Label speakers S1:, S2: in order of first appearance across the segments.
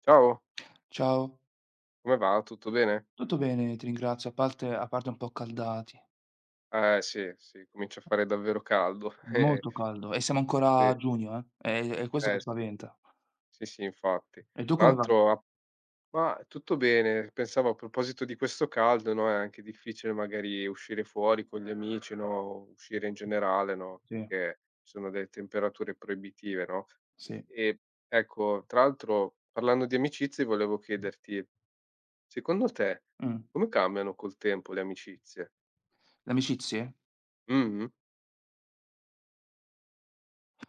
S1: Ciao,
S2: Ciao,
S1: come va? Tutto bene?
S2: tutto bene, ti ringrazio, a parte un po' accaldati,
S1: Eh sì, sì, comincia a fare davvero caldo.
S2: molto caldo e siamo ancora a
S1: Sì,
S2: giugno, è questo che
S1: eh sì,
S2: spaventa.
S1: sì, sì, infatti.
S2: E tu
S1: Tra
S2: come va?
S1: l'altro a ma tutto bene, pensavo a proposito di questo caldo, no, è anche difficile magari uscire fuori con gli amici, no, uscire in generale, no,
S2: Sì,
S1: perché ci sono delle temperature proibitive, no?
S2: sì.
S1: E ecco, tra l'altro parlando di amicizie volevo chiederti, secondo te
S2: Mh.
S1: come cambiano col tempo le amicizie?
S2: Le amicizie?
S1: Mh-mh.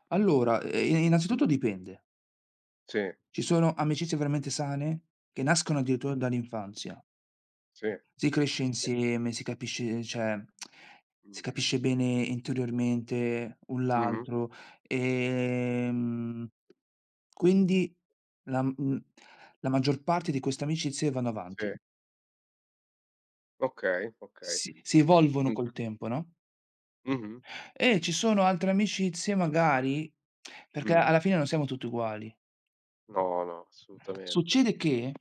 S2: Allora,
S1: Mh,
S2: innanzitutto dipende.
S1: sì.
S2: Ci sono amicizie veramente sane, che nascono
S1: Mh-mh.
S2: addirittura dall'infanzia.
S1: Sì,
S2: Si
S1: sì,
S2: cresce
S1: sì.
S2: insieme, si capisce cioè, si
S1: Mh.
S2: capisce bene interiormente un
S1: Mh-mh.
S2: l'altro, ehm, quindi la mhmm, la maggior parte di queste amicizie vanno
S1: Sì.
S2: avanti,
S1: Okay, okay.
S2: si evolvono
S1: Mh.
S2: col tempo, no,
S1: Mh-mh.
S2: e ci sono altre amicizie magari perché
S1: Mh.
S2: alla fine non siamo tutti uguali.
S1: No, no, assolutamente.
S2: Succede che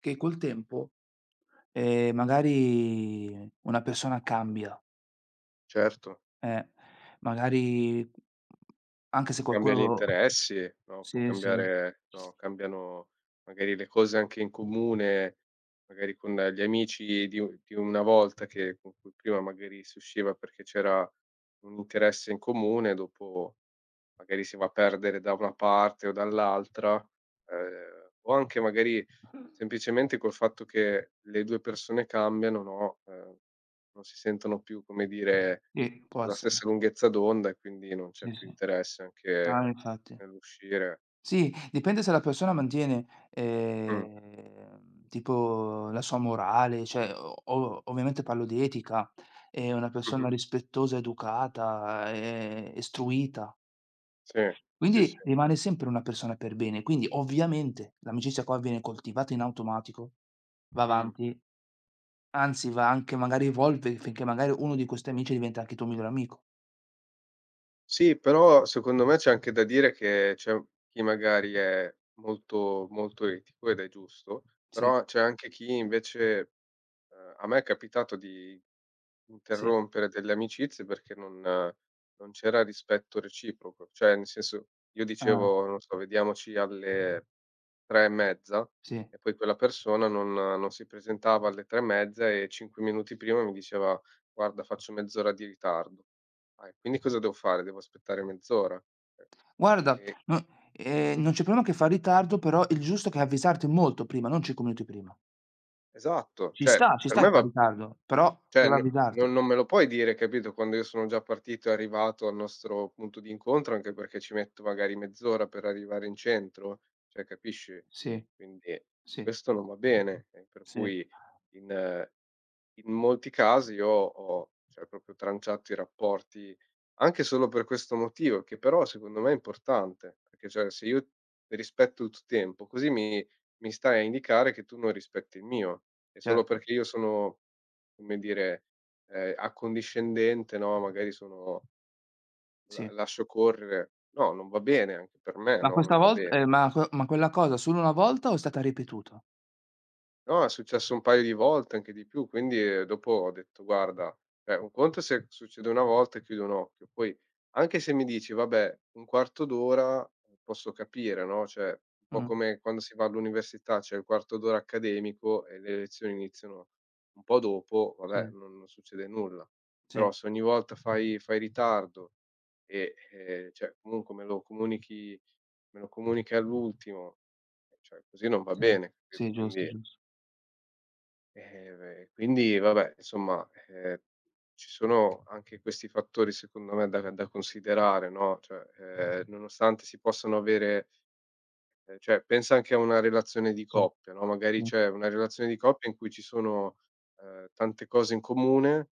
S2: che col tempo, magari una persona cambia.
S1: Certo,
S2: Eh, magari anche se
S1: cambia gli
S2: qualcuno,
S1: interessi, no, può
S2: sì, sì.
S1: cambiare no, cambiano magari le cose anche in comune, magari con gli amici di u di una volta che con cui prima magari si usciva perché c'era un interesse in comune, dopo magari si va a perdere da una parte o dall'altra, o anche magari semplicemente col fatto che le 2 persone cambiano, no, non si sentono più, come dire,
S2: Sì, può
S1: sulla
S2: essere.
S1: stessa lunghezza d'onda e quindi non c'è
S2: Sì,
S1: più
S2: sì.
S1: interesse anche
S2: Ah, infatti.
S1: nell'uscire.
S2: Sì, dipende se la persona mantiene,
S1: Mh.
S2: tipo la sua morale, cioè o ovviamente parlo di etica, è una persona
S1: Mh-mh.
S2: rispettosa, educata, istruita,
S1: Sì, sì, sì.
S2: quindi rimane sempre una persona per bene. Quindi ovviamente l'amicizia qua viene coltivata in automatico, va
S1: Mh.
S2: avanti. Anzi, va anche magari evolve finché magari uno di questi amici diventa anche tuo migliore amico.
S1: Sì, però secondo me c'è anche da dire che c'è chi magari è molto molto etico ed è giusto,
S2: Sì,
S1: però c'è anche chi invece a me è capitato di
S2: sì,
S1: interrompere delle amicizie perché non c'era rispetto reciproco, cioè nel senso, io
S2: ah,
S1: dicevo, non so: "Vediamoci alle 3 e mezza",
S2: sì.
S1: e poi quella persona non si presentava alle 3 e mezza e 5 minuti prima mi diceva: "Guarda, faccio mezz'ora di ritardo". Ah, e quindi cosa devo fare? Devo aspettare mezz'ora? Eh,
S2: Guarda,
S1: e
S2: no, non c'è problema che fa ritardo, però il giusto è che avvisarti molto prima, non 5 minuti prima.
S1: esatto, cioè
S2: Ci
S1: per
S2: sta
S1: me
S2: che fa
S1: va.
S2: ritardo, però
S1: Cioè
S2: deve
S1: n non
S2: avvisarti.
S1: non me lo puoi dire, capito, quando io sono già partito e arrivato al nostro punto di incontro, anche perché ci metto magari mezz'ora per arrivare in centro, cioè capisci?
S2: Sì,
S1: Quindi
S2: sì,
S1: questo non va bene, e per
S2: sì,
S1: cui in molti casi io ho cioè proprio tranciato i rapporti, anche solo per questo motivo, che però secondo me è importante, perché cioè se io rispetto il tuo tempo, così mi stai a indicare che tu non rispetti il mio, e solo
S2: certo,
S1: perché io sono, come dire, accondiscendente, no, magari sono, la
S2: sì.
S1: lascio correre. No, non va bene anche per me,
S2: Ma
S1: no, non
S2: questa
S1: va
S2: volt
S1: bene.
S2: ma que ma quella cosa solo una volta o è stata ripetuta?
S1: No, è successo un paio di volte, anche di più, quindi, dopo ho detto: "Guarda, cioè un conto è se succede una volta e chiudo un occhio, poi anche se mi dici: "Vabbè, un quarto d'ora", posso capire, no, cioè un po'
S2: Mh,
S1: come quando si va all'università, c'è il quarto d'ora accademico e le lezioni iniziano un po' dopo, vabbè,
S2: sì,
S1: non succede nulla. Però
S2: sì,
S1: se ogni volta fai ritardo e, cioè comunque me lo comunichi all'ultimo, cioè così non va
S2: sì,
S1: bene, capito?
S2: sì, giusto,
S1: Quindi
S2: giusto.
S1: Quindi vabbè insomma, ci sono anche questi fattori secondo me da considerare, no, cioè, nonostante si possano avere, cioè pensa anche a una relazione di
S2: Sì,
S1: coppia, no, magari
S2: sì,
S1: c'è una relazione di coppia in cui ci sono, tante cose in comune.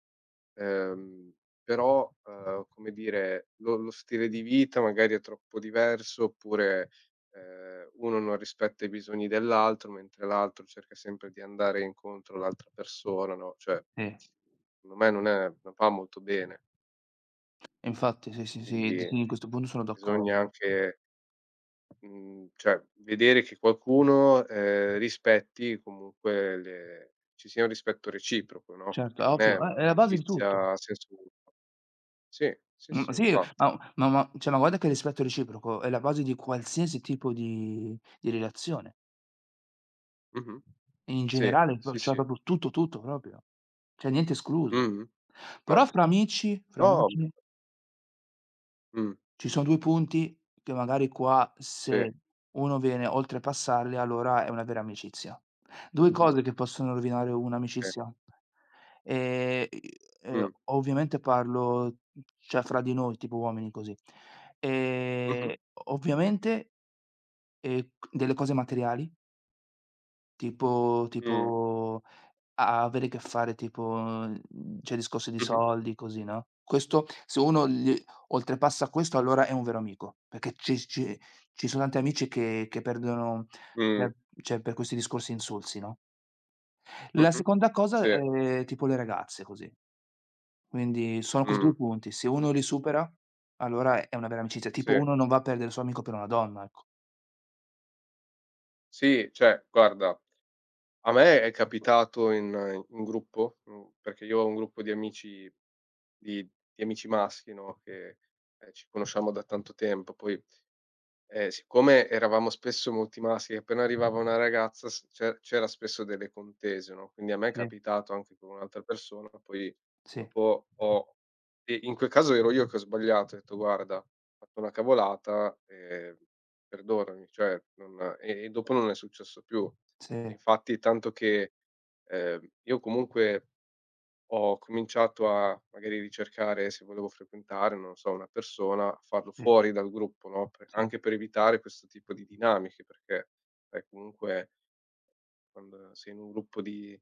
S1: Ehm, Però, come dire, lo stile di vita magari è troppo diverso oppure, uno non rispetta i bisogni dell'altro, mentre l'altro cerca sempre di andare incontro all'altra persona, no, cioè,
S2: sì.
S1: secondo me non va molto bene.
S2: E infatti sì, sì, sì,
S1: Quindi
S2: di sì, in
S1: cioè,
S2: questo punto sono
S1: bisogna
S2: d'accordo.
S1: anche, mhmm, cioè vedere che qualcuno, rispetti comunque le, ci sia un rispetto reciproco, no,
S2: Certo,
S1: perché
S2: è
S1: non è
S2: ovvio, è la base di tutto.
S1: un'amicizia a senso unico. Sì, sì,
S2: Mhmm,
S1: sì,
S2: sì,
S1: infatti.
S2: ma cioè, ma guarda che il rispetto reciproco è la base di qualsiasi tipo di relazione,
S1: Mh-mh.
S2: in
S1: Sì,
S2: generale, pro
S1: sì,
S2: cioè
S1: sì.
S2: proprio tutto, tutto proprio. Cioè niente escluso.
S1: Mh-mh.
S2: Però
S1: Infatti.
S2: fra amici fra
S1: No, ma
S2: amici
S1: mh,
S2: ci sono 2 punti che magari qua
S1: sì,
S2: se uno viene oltrepassarli allora è una vera amicizia. 2
S1: mh-mh,
S2: cose che possono rovinare
S1: sì,
S2: un'amicizia. I
S1: mh,
S2: ovviamente parlo cioè fra di noi, tipo uomini così.
S1: mh-mh,
S2: Ehm, ovviamente, c delle cose materiali, tipo
S1: mh,
S2: tipo a avere a che fare tipo, cioè discorsi di
S1: mh-mh,
S2: soldi, così, no, questo se uno gli oltrepassa questo allora è un vero amico, perché ci sono tanti amici che perdono cioè
S1: mh,
S2: cioè per questi discorsi insulsi, no. La
S1: mh-mh,
S2: seconda
S1: sì,
S2: cosa, tipo le ragazze, così. Quindi sono questi 2
S1: mh,
S2: punti. Se uno li supera, allora è una vera amicizia.
S1: sì.
S2: Tipo uno non va a perdere il suo amico per una donna, ecco.
S1: Sì, cioè guarda, a me è capitato in gruppo, perché io ho un gruppo di amici di amici maschi, no, che, ci conosciamo da tanto tempo, poi. Siccome eravamo spesso multimaschi, appena arrivava una ragazza s c'e c'era spesso delle contese, no, quindi a me è
S2: Sì,
S1: capitato anche con un'altra persona, poi
S2: sì,
S1: dopo ho e in quel caso ero io che ho sbagliato, ho detto: "Guarda, ho fatto una cavolata, perdonami." Cioè non dopo non è successo più. E
S2: sì,
S1: infatti tanto che, io comunque ho cominciato a magari ricercare, se volevo frequentare, non so, una persona, farlo
S2: sì,
S1: fuori dal gruppo, no, per
S2: sì,
S1: anche per evitare questo tipo di dinamiche, perché sai comunque quando sei in un gruppo di,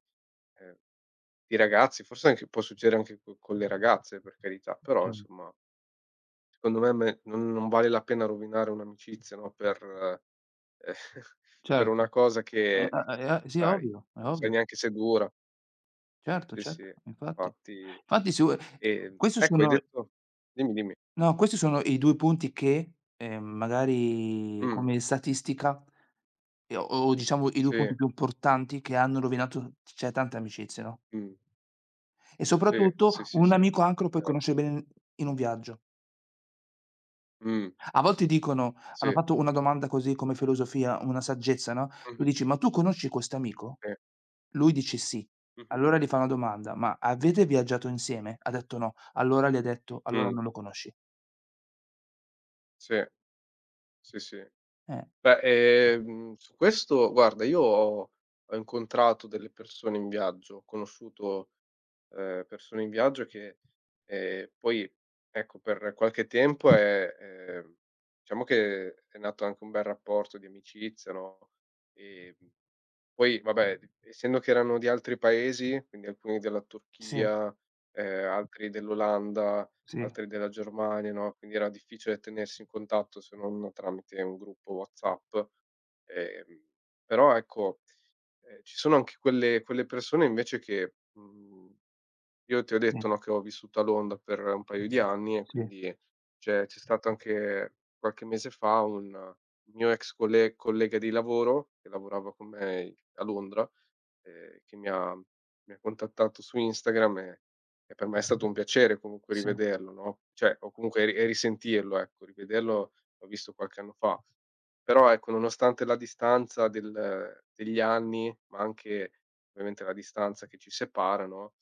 S1: ehm, di ragazzi, forse anche può succedere anche co con le ragazze per carità, però
S2: cer
S1: insomma secondo me non vale la pena rovinare un'amicizia, no, per, per
S2: certo.
S1: una cosa che,
S2: A sì, è
S1: sai,
S2: ovvio, è
S1: non sai
S2: ovvio.
S1: neanche se dura.
S2: Certo,
S1: Sì,
S2: certo,
S1: sì,
S2: infatti.
S1: infatti.
S2: Infatti su questi
S1: Ecco hai
S2: sono,
S1: detto, dimmi, dimmi.
S2: no, questi sono i 2 punti che, magari
S1: Mh,
S2: come statistica, ehm, o o diciamo i 2
S1: sì,
S2: punti più importanti che hanno rovinato cioè tante amicizie, no,
S1: mh,
S2: e
S1: sì, sì,
S2: soprattutto
S1: sì,
S2: un
S1: sì, è
S2: amico anche lo puoi
S1: vero.
S2: conoscere bene in un viaggio.
S1: Mh,
S2: A volte dicono hanno
S1: sì,
S2: fatto una domanda così come filosofia, una saggezza, no, tu
S1: mh-mh,
S2: dici: "Ma tu conosci quest'amico?"
S1: sì,
S2: Lui dice: "Sì".
S1: mh-mh,
S2: Allora gli fa una domanda: "Ma avete viaggiato insieme?" Ha detto: "No". Allora gli ha detto: "Allora
S1: mh,
S2: non lo conosci".
S1: sì, sì, sì.
S2: Eh,
S1: Beh, su questo guarda io ho ho incontrato delle persone in viaggio, ho conosciuto, persone in viaggio che, poi ecco per qualche tempo è diciamo che è nato anche un bel rapporto di amicizia, no, ehm poi vabbè, d essendo che erano di altri paesi, quindi alcuni della
S2: sì,
S1: Turchia, altri dell'Olanda,
S2: sì,
S1: altri della Germania, no, quindi era difficile tenersi in contatto se non tramite un gruppo WhatsApp. Ehm, Però ecco, ci sono anche quelle persone invece che, mhmm io ti ho
S2: sì,
S1: detto, no, che ho vissuto a Londra per un paio di anni e
S2: sì,
S1: quindi c'è stato anche qualche mese fa un mio ex collega di lavoro che lavorava con me i a Londra, che mi ha contattato su Instagram e per me è stato un piacere comunque
S2: sì,
S1: rivederlo, no, cioè o comunque ri risentirlo, ecco, rivederlo l'ho visto qualche anno fa. Però ecco, nonostante la distanza del degli anni, ma anche ovviamente la distanza che ci separa, no,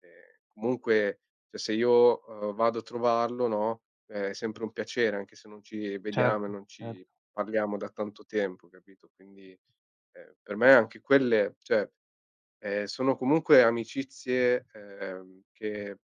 S1: ehm, comunque cioè se io, vado a trovarlo, no, eh, è sempre un piacere anche se non ci
S2: certo,
S1: vediamo e non
S2: certo,
S1: ci parliamo da tanto tempo, capito, quindi, per me anche quelle cioè, sono comunque amicizie, che,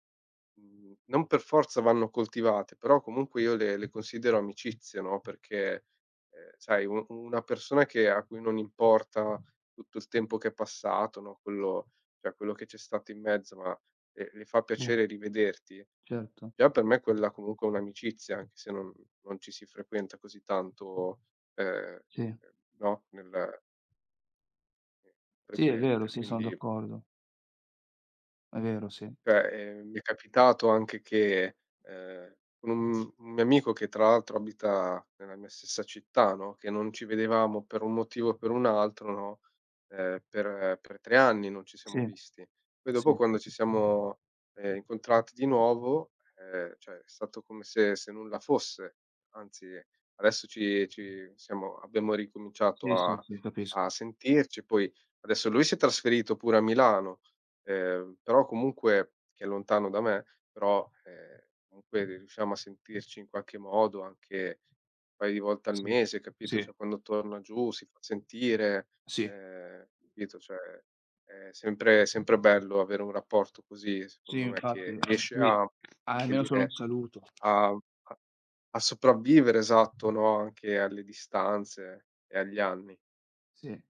S1: non per forza vanno coltivate, però comunque io le considero amicizie, no, perché, sai u una persona che a cui non importa tutto il tempo che è passato, no, quello cioè quello che c'è stato in mezzo, ma le fa
S2: sì,
S1: piacere rivederti,
S2: certo,
S1: già per me quella comunque è un'amicizia, anche se non non ci si frequenta così tanto, ehm,
S2: sì.
S1: no, nel
S2: Sì, è vero,
S1: frequente,
S2: sì, sono
S1: quindi
S2: d'accordo. È vero, sì.
S1: cioè, mi è capitato anche che, con un mio amico che tra l'altro abita nella mia stessa città, no, che non ci vedevamo per un motivo o per un altro, no, per 3 anni non ci siamo
S2: Sì,
S1: visti. Poi
S2: sì,
S1: dopo quando ci siamo, incontrati di nuovo, cioè è stato come se se nulla fosse, anzi adesso ci ci siamo abbiamo ricominciato
S2: sì, sì,
S1: a
S2: sì, capisco.
S1: sentirci, poi adesso lui si è trasferito pure a Milano. Però comunque che è lontano da me, però, comunque riusciamo a sentirci in qualche modo anche un paio di volte al
S2: Sì,
S1: mese, capito,
S2: sì,
S1: cioè quando torna giù si fa sentire,
S2: sì,
S1: capito, cioè è sempre sempre bello avere un rapporto così,
S2: sì,
S1: secondo me,
S2: infatti,
S1: che riesce
S2: sì,
S1: a, come
S2: almeno solo un
S1: dire,
S2: saluto.
S1: a a a sopravvivere esatto, no, anche alle distanze e agli anni.
S2: Sì.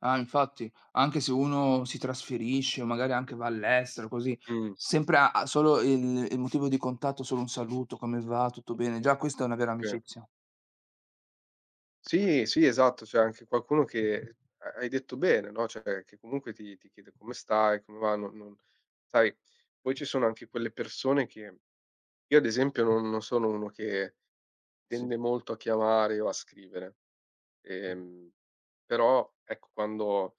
S2: Ah, infatti, anche se uno si trasferisce o magari anche va all'estero così,
S1: Mh,
S2: sempre ha solo il motivo di contatto, solo un saluto: "Come va? Tutto bene?" Già questa è una vera
S1: sì.
S2: amicizia.
S1: Sì, sì, esatto, c'è anche qualcuno che ha hai detto bene, no, cioè che comunque ti chiede come stai, come va, non non sai, poi ci sono anche quelle persone che io ad esempio non sono uno che
S2: Sì,
S1: tende molto a chiamare o a scrivere,
S2: sì,
S1: ehm, però ecco quando,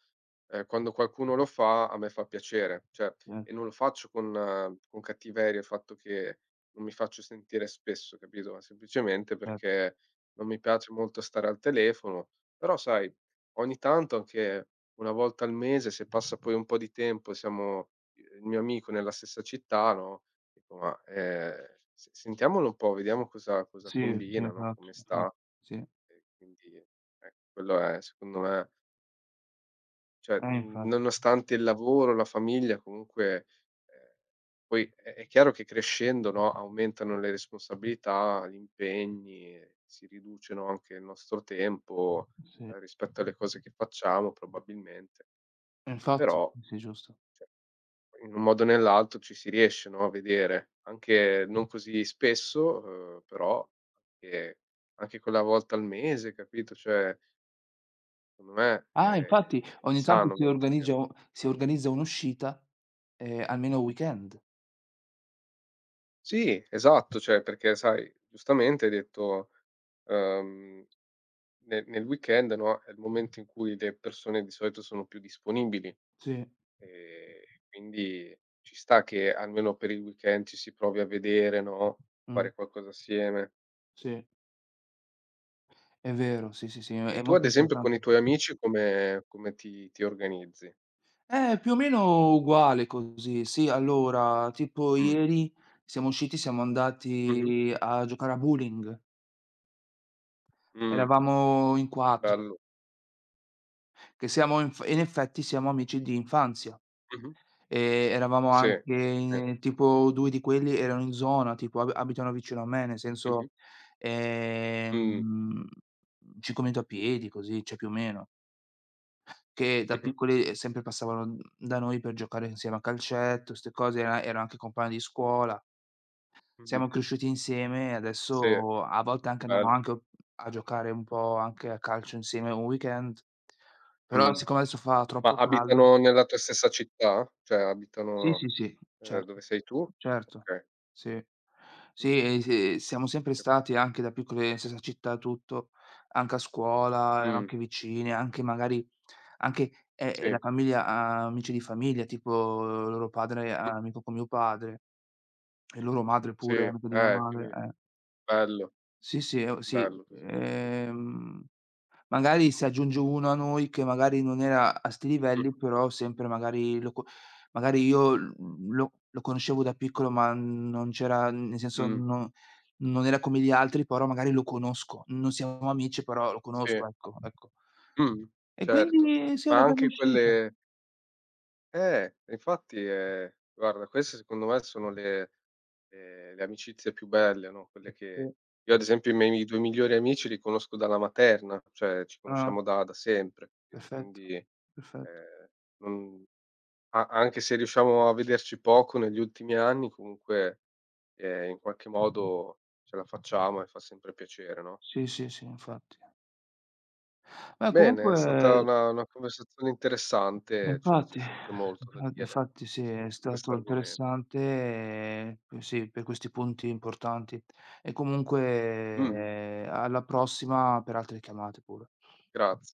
S1: quando qualcuno lo fa a me fa piacere, cioè e
S2: certo,
S1: non lo faccio con cattiveria, il fatto che non mi faccio sentire spesso, capito, ma semplicemente
S2: certo.
S1: perché non mi piace molto stare al telefono, però sai, ogni tanto anche 1 volta al mese, se passa poi un po' di tempo e siamo il mio amico nella stessa città, no, dico: "Ma, se sentiamolo un po', vediamo cosa cosa
S2: Sì, sì,
S1: combina, no, come
S2: infatti, infatti,
S1: sta".
S2: sì.
S1: E quindi, ecco, quello è secondo me cioè,
S2: Infatti,
S1: nonostante il lavoro, la famiglia, comunque, ehm, poi è chiaro che crescendo, no, aumentano le responsabilità, gli impegni, e si riducono anche il nostro tempo,
S2: sì.
S1: rispetto alle cose che facciamo probabilmente,
S2: Infatti,
S1: però,
S2: sì, giusto.
S1: cioè, in un modo o nell'altro ci si riesce, no, a vedere, anche non così spesso, però anche anche quella volta al mese, capito, cioè, secondo me è
S2: Ah,
S1: è
S2: infatti
S1: è
S2: ogni tanto
S1: sano
S2: si organizza
S1: mantenere.
S2: u si organizza un'uscita, almeno un weekend.
S1: Sì, esatto, cioè perché sai, giustamente hai detto, ehm, ne nel weekend, no, è il momento in cui le persone di solito sono più disponibili,
S2: Sì,
S1: ehm, quindi ci sta che almeno per il weekend ci si provi a vedere, no,
S2: mh,
S1: fare qualcosa assieme.
S2: sì, è vero, sì, sì, sì,
S1: E
S2: è
S1: tu ad
S2: molto
S1: esempio con
S2: importante.
S1: i tuoi amici come come ti organizzi?
S2: Più o meno uguale così. Sì, allora, tipo
S1: Mh.
S2: ieri siamo usciti, siamo
S1: Mh-mh.
S2: andati a giocare a bowling.
S1: Mh.
S2: Eravamo in 4,
S1: Bello.
S2: che siamo inf in effetti siamo amici di infanzia,
S1: Mh-mh.
S2: eravamo
S1: Sì.
S2: anche
S1: Sì.
S2: in tipo 2 di quelli erano in zona, tipo ab abitano vicino a me, nel
S1: Mh-mh.
S2: senso,
S1: Mh.
S2: ehm, 5 minuti a piedi così, cioè più o meno. Che da
S1: Mh-mh.
S2: piccoli, sempre passavano da noi per giocare insieme a calcetto, 'ste cose, era anche compagno di scuola.
S1: Mh-mh.
S2: Siamo cresciuti insieme e
S1: Sì,
S2: adesso a volte anche andiamo
S1: bello.
S2: anche a giocare un po' anche a calcio insieme un weekend, però
S1: Mh.
S2: siccome adesso fa
S1: Ma
S2: troppo caldo.
S1: abitano nella tua stessa città? Cioè
S2: Sì,
S1: abitano,
S2: sì, sì, certo,
S1: dove sei tu?
S2: certo,
S1: Okay.
S2: sì. Sì,
S1: Mh-mh.
S2: e se siamo sempre
S1: Cap
S2: stati anche da piccoli nella stessa città tutto, anche a scuola, eran
S1: mh,
S2: anche vicini, anche magari anche,
S1: sì.
S2: la famiglia ha amici di famiglia, tipo loro padre è
S1: Mh,
S2: amico con mio padre e loro madre
S1: sì,
S2: pure è amico di mia madre,
S1: quindi
S2: eh.
S1: bello,
S2: Sì, sì, sì,
S1: bello così. Sì, sì.
S2: magari se aggiunge uno a noi che magari non era a 'sti livelli,
S1: Mh-mh.
S2: però sempre magari lo co magari io l lo lo conoscevo da piccolo, ma non c'era nel senso
S1: Mh,
S2: no non era come gli altri, però magari lo conosco. Non siamo amici, però lo
S1: sì.
S2: conosco, ecco, ecco.
S1: Mh,
S2: E
S1: certo.
S2: quindi sì, è
S1: Ma
S2: una bella
S1: anche
S2: uscita.
S1: quelle infatti, guarda queste secondo me sono le, le amicizie più belle, no, quelle che
S2: Sì.
S1: io ad esempio i miei 2 migliori amici li conosco dalla materna, cioè ci
S2: Ah,
S1: conosciamo da da sempre, capito,
S2: perfetto,
S1: quindi,
S2: perfetto.
S1: non a anche se riusciamo a vederci poco negli ultimi anni, comunque, in qualche modo ce la facciamo e fa sempre piacere, no?
S2: Sì, sì, sì, infatti. Beh,
S1: Bene, è stata
S2: comunque.
S1: una conversazione
S2: E
S1: interessante, c'è
S2: infatti,
S1: sempre molto da
S2: infa
S1: dire
S2: infatti sì,
S1: su
S2: è
S1: su questo
S2: stato
S1: argomento.
S2: interessante, sì, per questi punti importanti. E
S1: Mh-mh,
S2: comunque alla prossima per altre chiamate pure.
S1: graz